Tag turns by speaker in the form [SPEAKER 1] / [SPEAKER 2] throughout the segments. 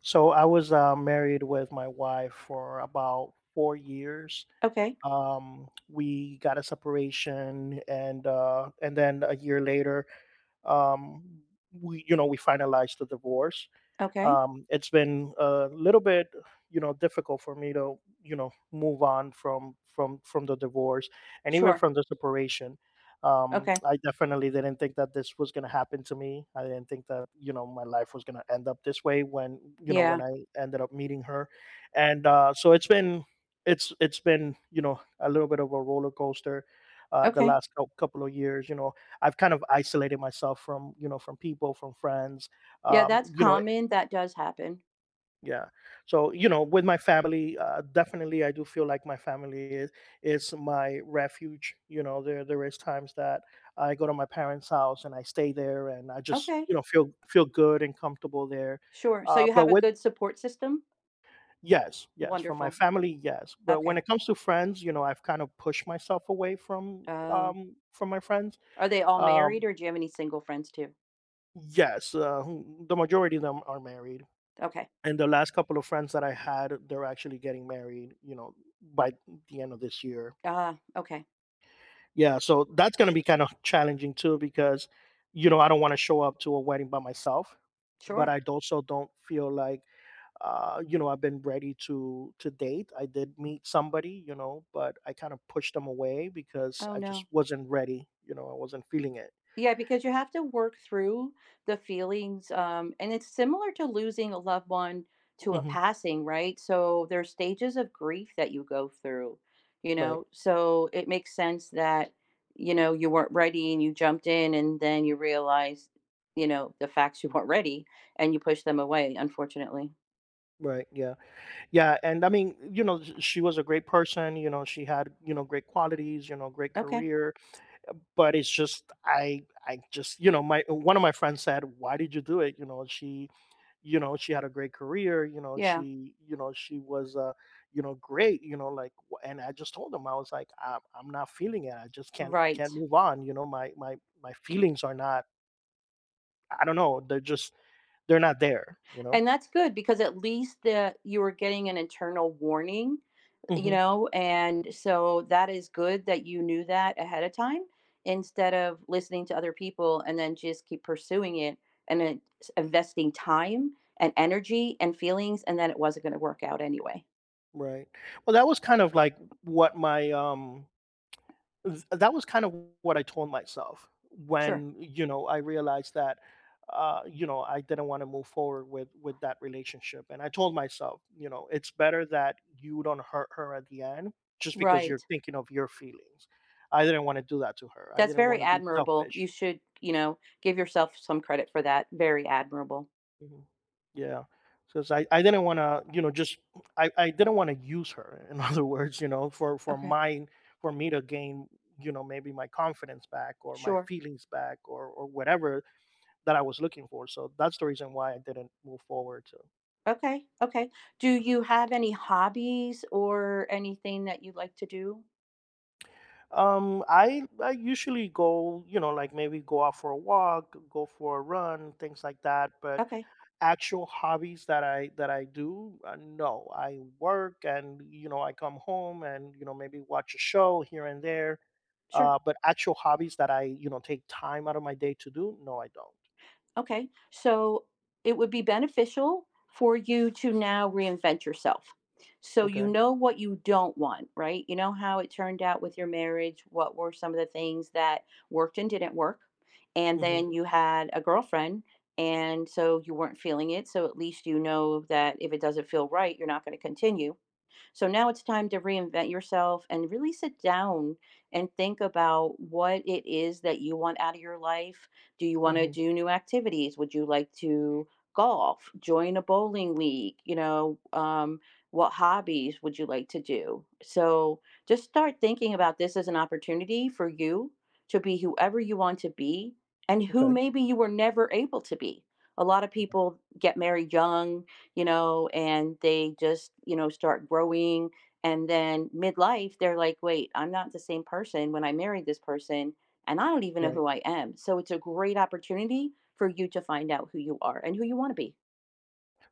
[SPEAKER 1] So I was married with my wife for about 4 years.
[SPEAKER 2] Okay,
[SPEAKER 1] We got a separation, and then a year later, um, we we finalized the divorce
[SPEAKER 2] okay,
[SPEAKER 1] um, It's been a little bit difficult for me to move on from the divorce and even
[SPEAKER 2] sure,
[SPEAKER 1] from the separation.
[SPEAKER 2] okay,
[SPEAKER 1] I definitely didn't think that this was going to happen to me. I didn't think that my life was going to end up this way when when
[SPEAKER 2] yeah,
[SPEAKER 1] I ended up meeting her. And uh, so it's been it's been a little bit of a roller coaster the
[SPEAKER 2] okay.
[SPEAKER 1] last couple of years. I've kind of isolated myself from from people, from friends.
[SPEAKER 2] Yeah,
[SPEAKER 1] um,
[SPEAKER 2] that's
[SPEAKER 1] you know
[SPEAKER 2] common, that does happen.
[SPEAKER 1] yeah, so with my family, definitely I do feel like my family is my refuge. There is times that I go to my parents house and I stay there and I just
[SPEAKER 2] Okay,
[SPEAKER 1] feel good and comfortable there.
[SPEAKER 2] sure, so you
[SPEAKER 1] But
[SPEAKER 2] have a
[SPEAKER 1] with
[SPEAKER 2] good support system?
[SPEAKER 1] Yes, yes, for my
[SPEAKER 2] Wonderful,
[SPEAKER 1] family, yes, but when
[SPEAKER 2] okay.
[SPEAKER 1] it comes to friends, I've kind of pushed myself away
[SPEAKER 2] Oh,
[SPEAKER 1] from my friends.
[SPEAKER 2] are they all married
[SPEAKER 1] um
[SPEAKER 2] or do you have any single friends too?
[SPEAKER 1] yes. The majority of them are married,
[SPEAKER 2] Okay,
[SPEAKER 1] and the last couple of friends that I had, they're actually getting married by the end of this year.
[SPEAKER 2] ah, okay,
[SPEAKER 1] Yeah, so that's going to be kind of challenging too because, you know, I don't want to show up to a wedding by myself, but
[SPEAKER 2] sure.
[SPEAKER 1] I also don't feel like, you know, I've been ready to date. I did meet somebody, you know, but I kind of pushed them away because
[SPEAKER 2] Oh,
[SPEAKER 1] I just
[SPEAKER 2] no.
[SPEAKER 1] wasn't ready. You know, I wasn't feeling it.
[SPEAKER 2] Yeah, because you have to work through the feelings, and it's similar to losing a loved one to a
[SPEAKER 1] Hmm.
[SPEAKER 2] passing, right? So there's stages of grief that you go through, you
[SPEAKER 1] Right.
[SPEAKER 2] know. So it makes sense that, you know, you weren't ready and you jumped in and then you realize, you know, the facts you weren't ready and you push them away, unfortunately.
[SPEAKER 1] Right. Yeah. Yeah, and I mean, you know, she was a great person. You know, she had, you know, great qualities. You know, great
[SPEAKER 2] Okay.
[SPEAKER 1] career. But it's just I just, you know, my one of my friends said, "Why did you do it?" You know, she had a great career.
[SPEAKER 2] Yeah.
[SPEAKER 1] You know, she was, you know, great. You know, like, and I just told him I was like, I'm not feeling it. I just
[SPEAKER 2] Right.
[SPEAKER 1] can't move on. You know, my feelings are not. I don't know. They're just, they're not there. You know.
[SPEAKER 2] And that's good because at least the you were getting an internal warning, you
[SPEAKER 1] Hmm.
[SPEAKER 2] know? And so that is good that you knew that ahead of time instead of listening to other people and then just keep pursuing it and then investing time and energy and feelings and then it wasn't going to work out anyway.
[SPEAKER 1] Right. Well, that was kind of like what my Th that was kind of what I told myself
[SPEAKER 2] Sure.
[SPEAKER 1] when, you know, I realized that, you know, I didn't want to move forward with that relationship. And I told myself, you know, it's better that you don't hurt her at the end just because you're
[SPEAKER 2] Right.
[SPEAKER 1] thinking of your feelings. I didn't want to do that to her. I
[SPEAKER 2] That's
[SPEAKER 1] didn't want
[SPEAKER 2] very
[SPEAKER 1] to be
[SPEAKER 2] admirable. You
[SPEAKER 1] selfish.
[SPEAKER 2] should, you know, give yourself some credit for that. Very admirable.
[SPEAKER 1] Mhm. Yeah, because I didn't want to, you know, just I didn't want to use her in other words, you know, for
[SPEAKER 2] Okay.
[SPEAKER 1] my, for me to gain, you know, maybe my confidence back or my
[SPEAKER 2] Sure.
[SPEAKER 1] feelings back or whatever that I was looking for. So that's the reason why I didn't move forward.
[SPEAKER 2] Okay. Okay. Do you have any hobbies or anything that you like to do?
[SPEAKER 1] I usually go, you know, like maybe go out for a walk, go for a run, things like that. But
[SPEAKER 2] Okay.
[SPEAKER 1] actual hobbies that I do, no. I work, and you know, I come home, and you know, maybe watch a show here and there.
[SPEAKER 2] Sure.
[SPEAKER 1] But actual hobbies that I, you know, take time out of my day to do, no, I don't.
[SPEAKER 2] Okay, so it would be beneficial for you to now reinvent yourself. So you
[SPEAKER 1] Okay.
[SPEAKER 2] know what you don't want, right? You know how it turned out with your marriage, what were some of the things that worked and didn't work? And
[SPEAKER 1] Hmm.
[SPEAKER 2] then you had a girlfriend and so you weren't feeling it, so at least you know that if it doesn't feel right, you're not going to continue. So now it's time to reinvent yourself and really sit down and think about what it is that you want out of your life. Do you want to
[SPEAKER 1] Hmm.
[SPEAKER 2] do new activities? Would you like to golf, join a bowling league? You know, what hobbies would you like to do? So just start thinking about this as an opportunity for you to be whoever you want to be and who
[SPEAKER 1] Okay.
[SPEAKER 2] maybe you were never able to be. A lot of people get married young, you know, and they just, you know, start growing. And then midlife, they're like, wait, I'm not the same person when I married this person, and I don't even know
[SPEAKER 1] Right.
[SPEAKER 2] who I am. So it's a great opportunity for you to find out who you are and who you want to be.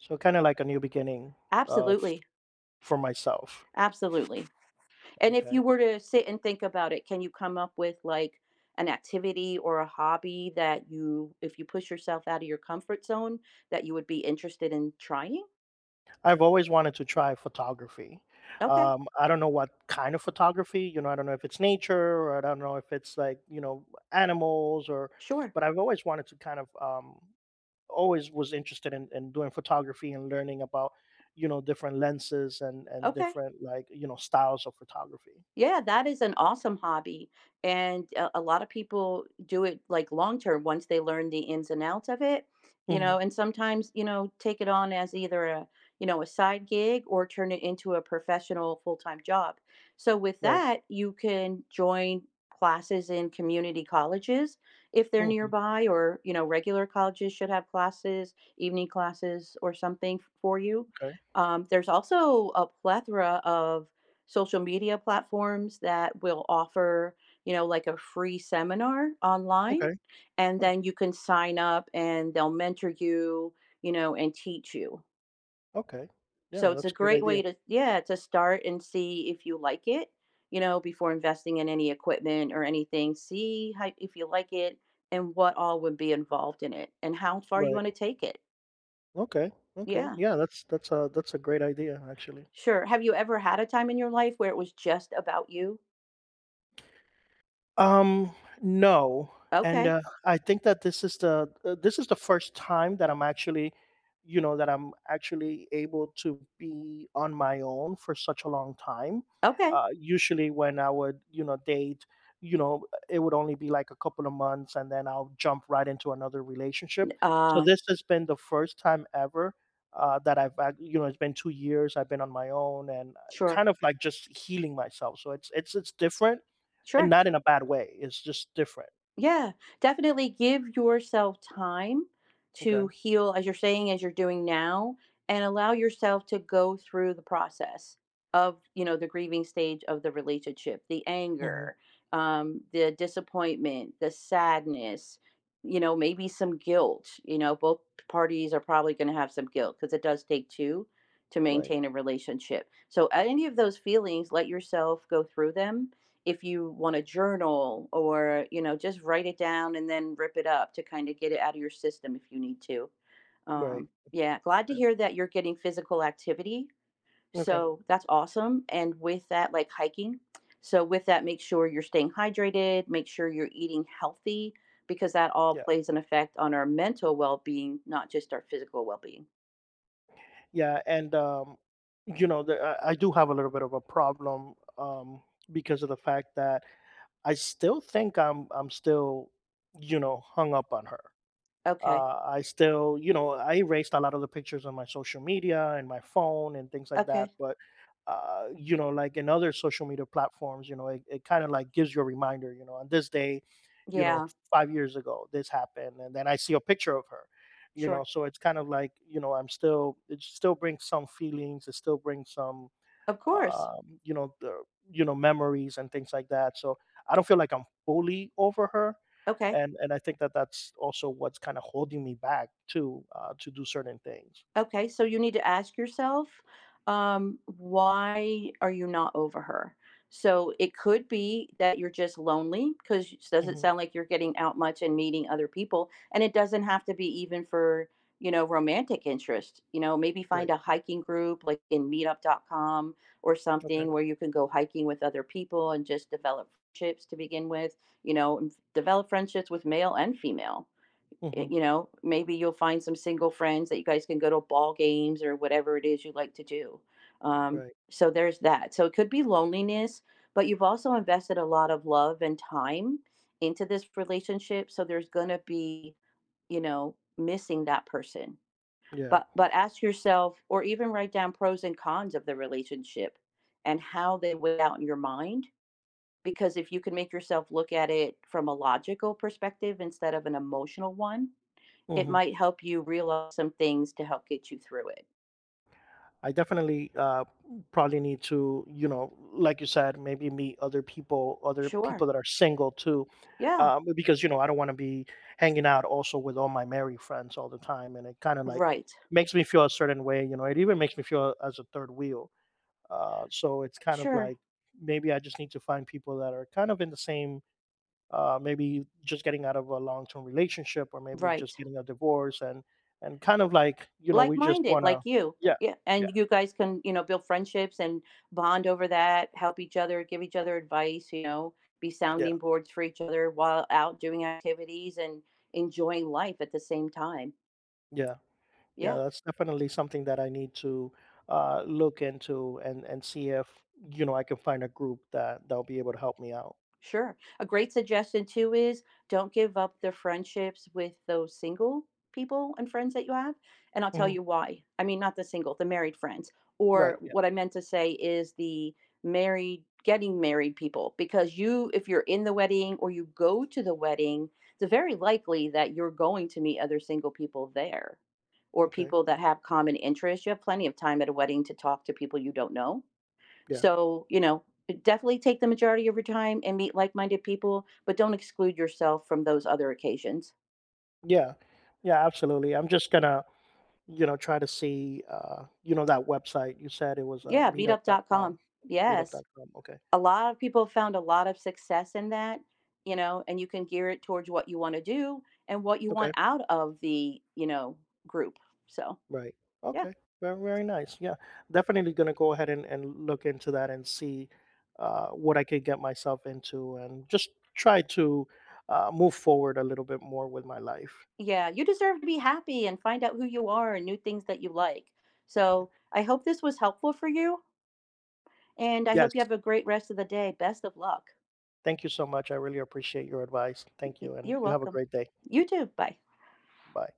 [SPEAKER 1] So kind of like a new beginning, uh, f-
[SPEAKER 2] Absolutely.
[SPEAKER 1] for myself.
[SPEAKER 2] Absolutely. And if
[SPEAKER 1] Okay.
[SPEAKER 2] you were to sit and think about it, can you come up with like an activity or a hobby that you, if you push yourself out of your comfort zone, that you would be interested in trying?
[SPEAKER 1] I've always wanted to try photography.
[SPEAKER 2] Okay,
[SPEAKER 1] I don't know what kind of photography, you know, I don't know if it's nature or I don't know if it's like, you know, animals or,
[SPEAKER 2] sure.
[SPEAKER 1] but I've always wanted to kind of, always was interested in, doing photography and learning about, you know, different lenses and
[SPEAKER 2] Okay.
[SPEAKER 1] different like, you know, styles of photography.
[SPEAKER 2] Yeah, that is an awesome hobby, and a lot of people do it, like, long term once they learn the ins and outs of it, you
[SPEAKER 1] Hmm.
[SPEAKER 2] know, and sometimes, you know, take it on as either a, you know, a side gig or turn it into a professional full-time job. So with
[SPEAKER 1] Right.
[SPEAKER 2] that, you can join classes in community colleges if they're
[SPEAKER 1] Hmm.
[SPEAKER 2] nearby or, you know, regular colleges should have classes, evening classes or something for you.
[SPEAKER 1] Okay.
[SPEAKER 2] There's also a plethora of social media platforms that will offer, you know, like a free seminar online.
[SPEAKER 1] Okay.
[SPEAKER 2] And
[SPEAKER 1] Oh,
[SPEAKER 2] then you can sign up and they'll mentor you, you know, and teach you.
[SPEAKER 1] okay.
[SPEAKER 2] So
[SPEAKER 1] Yeah,
[SPEAKER 2] it's
[SPEAKER 1] that's
[SPEAKER 2] a
[SPEAKER 1] a great
[SPEAKER 2] great
[SPEAKER 1] idea.
[SPEAKER 2] way to, yeah, to start and see if you like it, you know, before investing in any equipment or anything. See how, if you like it and what all would be involved in it and how far you
[SPEAKER 1] Right.
[SPEAKER 2] want to take it.
[SPEAKER 1] Okay. Okay.
[SPEAKER 2] Yeah,
[SPEAKER 1] Yeah, that's a great idea actually.
[SPEAKER 2] sure. Have you ever had a time in your life where it was just about you?
[SPEAKER 1] Um, no, and,
[SPEAKER 2] Okay.
[SPEAKER 1] I think that this is the first time that I'm actually, you know, that I'm actually able to be on my own for such a long time.
[SPEAKER 2] Okay.
[SPEAKER 1] Usually when I would, you know, date, you know, it would only be like a couple of months and then I'll jump right into another relationship. So
[SPEAKER 2] Uh,
[SPEAKER 1] this has been the first time ever, that I've ac you know, it's been 2 years, I've been on my own and,
[SPEAKER 2] sure.
[SPEAKER 1] kind of like just healing myself. So it's it's different, and
[SPEAKER 2] Sure.
[SPEAKER 1] not in a bad way, it's just different.
[SPEAKER 2] Yeah. Definitely give yourself time to
[SPEAKER 1] Okay.
[SPEAKER 2] heal, as you're saying, as you're doing now, and allow yourself to go through the process of, you know, the grieving stage of the relationship, the
[SPEAKER 1] Mhm.
[SPEAKER 2] anger, the disappointment, the sadness, you know, maybe some guilt. You know, both parties are probably going to have some guilt because it does take two to
[SPEAKER 1] Right.
[SPEAKER 2] maintain a relationship. So, any of those feelings, let yourself go through them if you want to journal or, you know, just write it down and then rip it up to kind of get it out of your system if you need to.
[SPEAKER 1] Right.
[SPEAKER 2] Yeah, glad to hear that you're getting physical activity,
[SPEAKER 1] Yeah. Okay.
[SPEAKER 2] so that's awesome, and with that like hiking, so with that make sure you're staying hydrated, make sure you're eating healthy because that all
[SPEAKER 1] Yeah.
[SPEAKER 2] plays an effect on our mental well-being, not just our physical well-being.
[SPEAKER 1] Yeah, and, you know, the I do have a little bit of a problem, because of the fact that I still think I'm still, you know, hung up on her.
[SPEAKER 2] Okay,
[SPEAKER 1] I still, you know, I erased a lot of the pictures on my social media and my phone and things like that.
[SPEAKER 2] okay,
[SPEAKER 1] But, you know, like in other social media platforms, you know, it kind of like gives you a reminder, you know, on this day, you know,
[SPEAKER 2] yeah,
[SPEAKER 1] 5 years ago, this happened. And then I see a picture of her, you know,
[SPEAKER 2] sure,
[SPEAKER 1] so it's kind of like, you know, I'm still, it still brings some feelings, it still brings some,
[SPEAKER 2] of course,
[SPEAKER 1] you know, the you know, memories and things like that. So I don't feel like I'm fully over her,
[SPEAKER 2] okay.
[SPEAKER 1] and I think that that's also what's kind of holding me back too, to do certain things.
[SPEAKER 2] Okay, so you need to ask yourself, why are you not over her? So it could be that you're just lonely because it doesn't
[SPEAKER 1] Hmm.
[SPEAKER 2] sound like you're getting out much and meeting other people. And it doesn't have to be even for, you know, romantic interest. You know, maybe find
[SPEAKER 1] Right.
[SPEAKER 2] a hiking group like in meetup.com or
[SPEAKER 1] Okay.
[SPEAKER 2] something where you can go hiking with other people and just develop friendships to begin with, you know, and develop friendships with male and female,
[SPEAKER 1] Hmm.
[SPEAKER 2] you know, maybe you'll find some single friends that you guys can go to ball games or whatever it is you like to do. Um,
[SPEAKER 1] Right.
[SPEAKER 2] so there's that. So it could be loneliness, but you've also invested a lot of love and time into this relationship. So there's going to be, you know, missing that person.
[SPEAKER 1] Yeah.
[SPEAKER 2] But ask yourself, or even write down pros and cons of the relationship and how they weigh out in your mind. Because if you can make yourself look at it from a logical perspective instead of an emotional one, it
[SPEAKER 1] Hmm.
[SPEAKER 2] might help you realize some things to help get you through it.
[SPEAKER 1] I definitely, probably need to, you know, like you said, maybe meet other people
[SPEAKER 2] Sure.
[SPEAKER 1] that are single too,
[SPEAKER 2] Yeah.
[SPEAKER 1] because you know I don't want to be hanging out also with all my married friends all the time, and it kind of like
[SPEAKER 2] Right.
[SPEAKER 1] makes me feel a certain way. You know, it even makes me feel as a third wheel. So it's kind of
[SPEAKER 2] Sure.
[SPEAKER 1] like maybe I just need to find people that are kind of in the same. Maybe just getting out of a long-term relationship, or maybe
[SPEAKER 2] Right.
[SPEAKER 1] just getting a divorce, and kind of like, you know, we just
[SPEAKER 2] Like-minded,
[SPEAKER 1] want
[SPEAKER 2] like
[SPEAKER 1] to,
[SPEAKER 2] you.
[SPEAKER 1] yeah,
[SPEAKER 2] Yeah.
[SPEAKER 1] yeah,
[SPEAKER 2] And you guys can, you know, build friendships and bond over that, help each other, give each other advice, you know, be
[SPEAKER 1] yeah.
[SPEAKER 2] sounding boards for each other while out doing activities and enjoying life at the same time.
[SPEAKER 1] Yeah, yeah,
[SPEAKER 2] Yeah.
[SPEAKER 1] that's definitely something that I need to, look into and see if you know I can find a group that that'll be able to help me out.
[SPEAKER 2] Sure. A great suggestion too is don't give up the friendships with those single people and friends that you have. And I'll tell
[SPEAKER 1] Mhm.
[SPEAKER 2] you why. I mean, not the single, the married friends.
[SPEAKER 1] Right.
[SPEAKER 2] Or
[SPEAKER 1] Yeah.
[SPEAKER 2] what I meant to say is the married, getting married people. Because you, if you're in the wedding or you go to the wedding, it's very likely that you're going to meet other single people there or
[SPEAKER 1] Okay.
[SPEAKER 2] people that have common interests. You have plenty of time at a wedding to talk to people you don't know,
[SPEAKER 1] Yeah.
[SPEAKER 2] so, you know, definitely take the majority of your time and meet like minded people, but don't exclude yourself from those other occasions.
[SPEAKER 1] Yeah. Yeah. Absolutely. I'm just gonna, you know, try to see, you know, that website you said it was,
[SPEAKER 2] Yeah,
[SPEAKER 1] meetup.com.
[SPEAKER 2] meetup.com. Yes.
[SPEAKER 1] Meetup.com. Okay.
[SPEAKER 2] A lot of people found a lot of success in that, you know, and you can gear it towards what you want to do and what you
[SPEAKER 1] Okay.
[SPEAKER 2] want out of the, you know, group. So,
[SPEAKER 1] Right.
[SPEAKER 2] yeah.
[SPEAKER 1] Okay. Very, very nice. Yeah. Definitely going to go ahead and look into that and see, what I could get myself into and just try to, move forward a little bit more with my life.
[SPEAKER 2] Yeah, you deserve to be happy and find out who you are and new things that you like. So, I hope this was helpful for you, and I
[SPEAKER 1] Yes.
[SPEAKER 2] hope you have a great rest of the day. Best of luck.
[SPEAKER 1] Thank you so much. I really appreciate your advice. Thank you. And
[SPEAKER 2] You're
[SPEAKER 1] you have a
[SPEAKER 2] welcome.
[SPEAKER 1] great day.
[SPEAKER 2] You too. Bye.
[SPEAKER 1] Bye.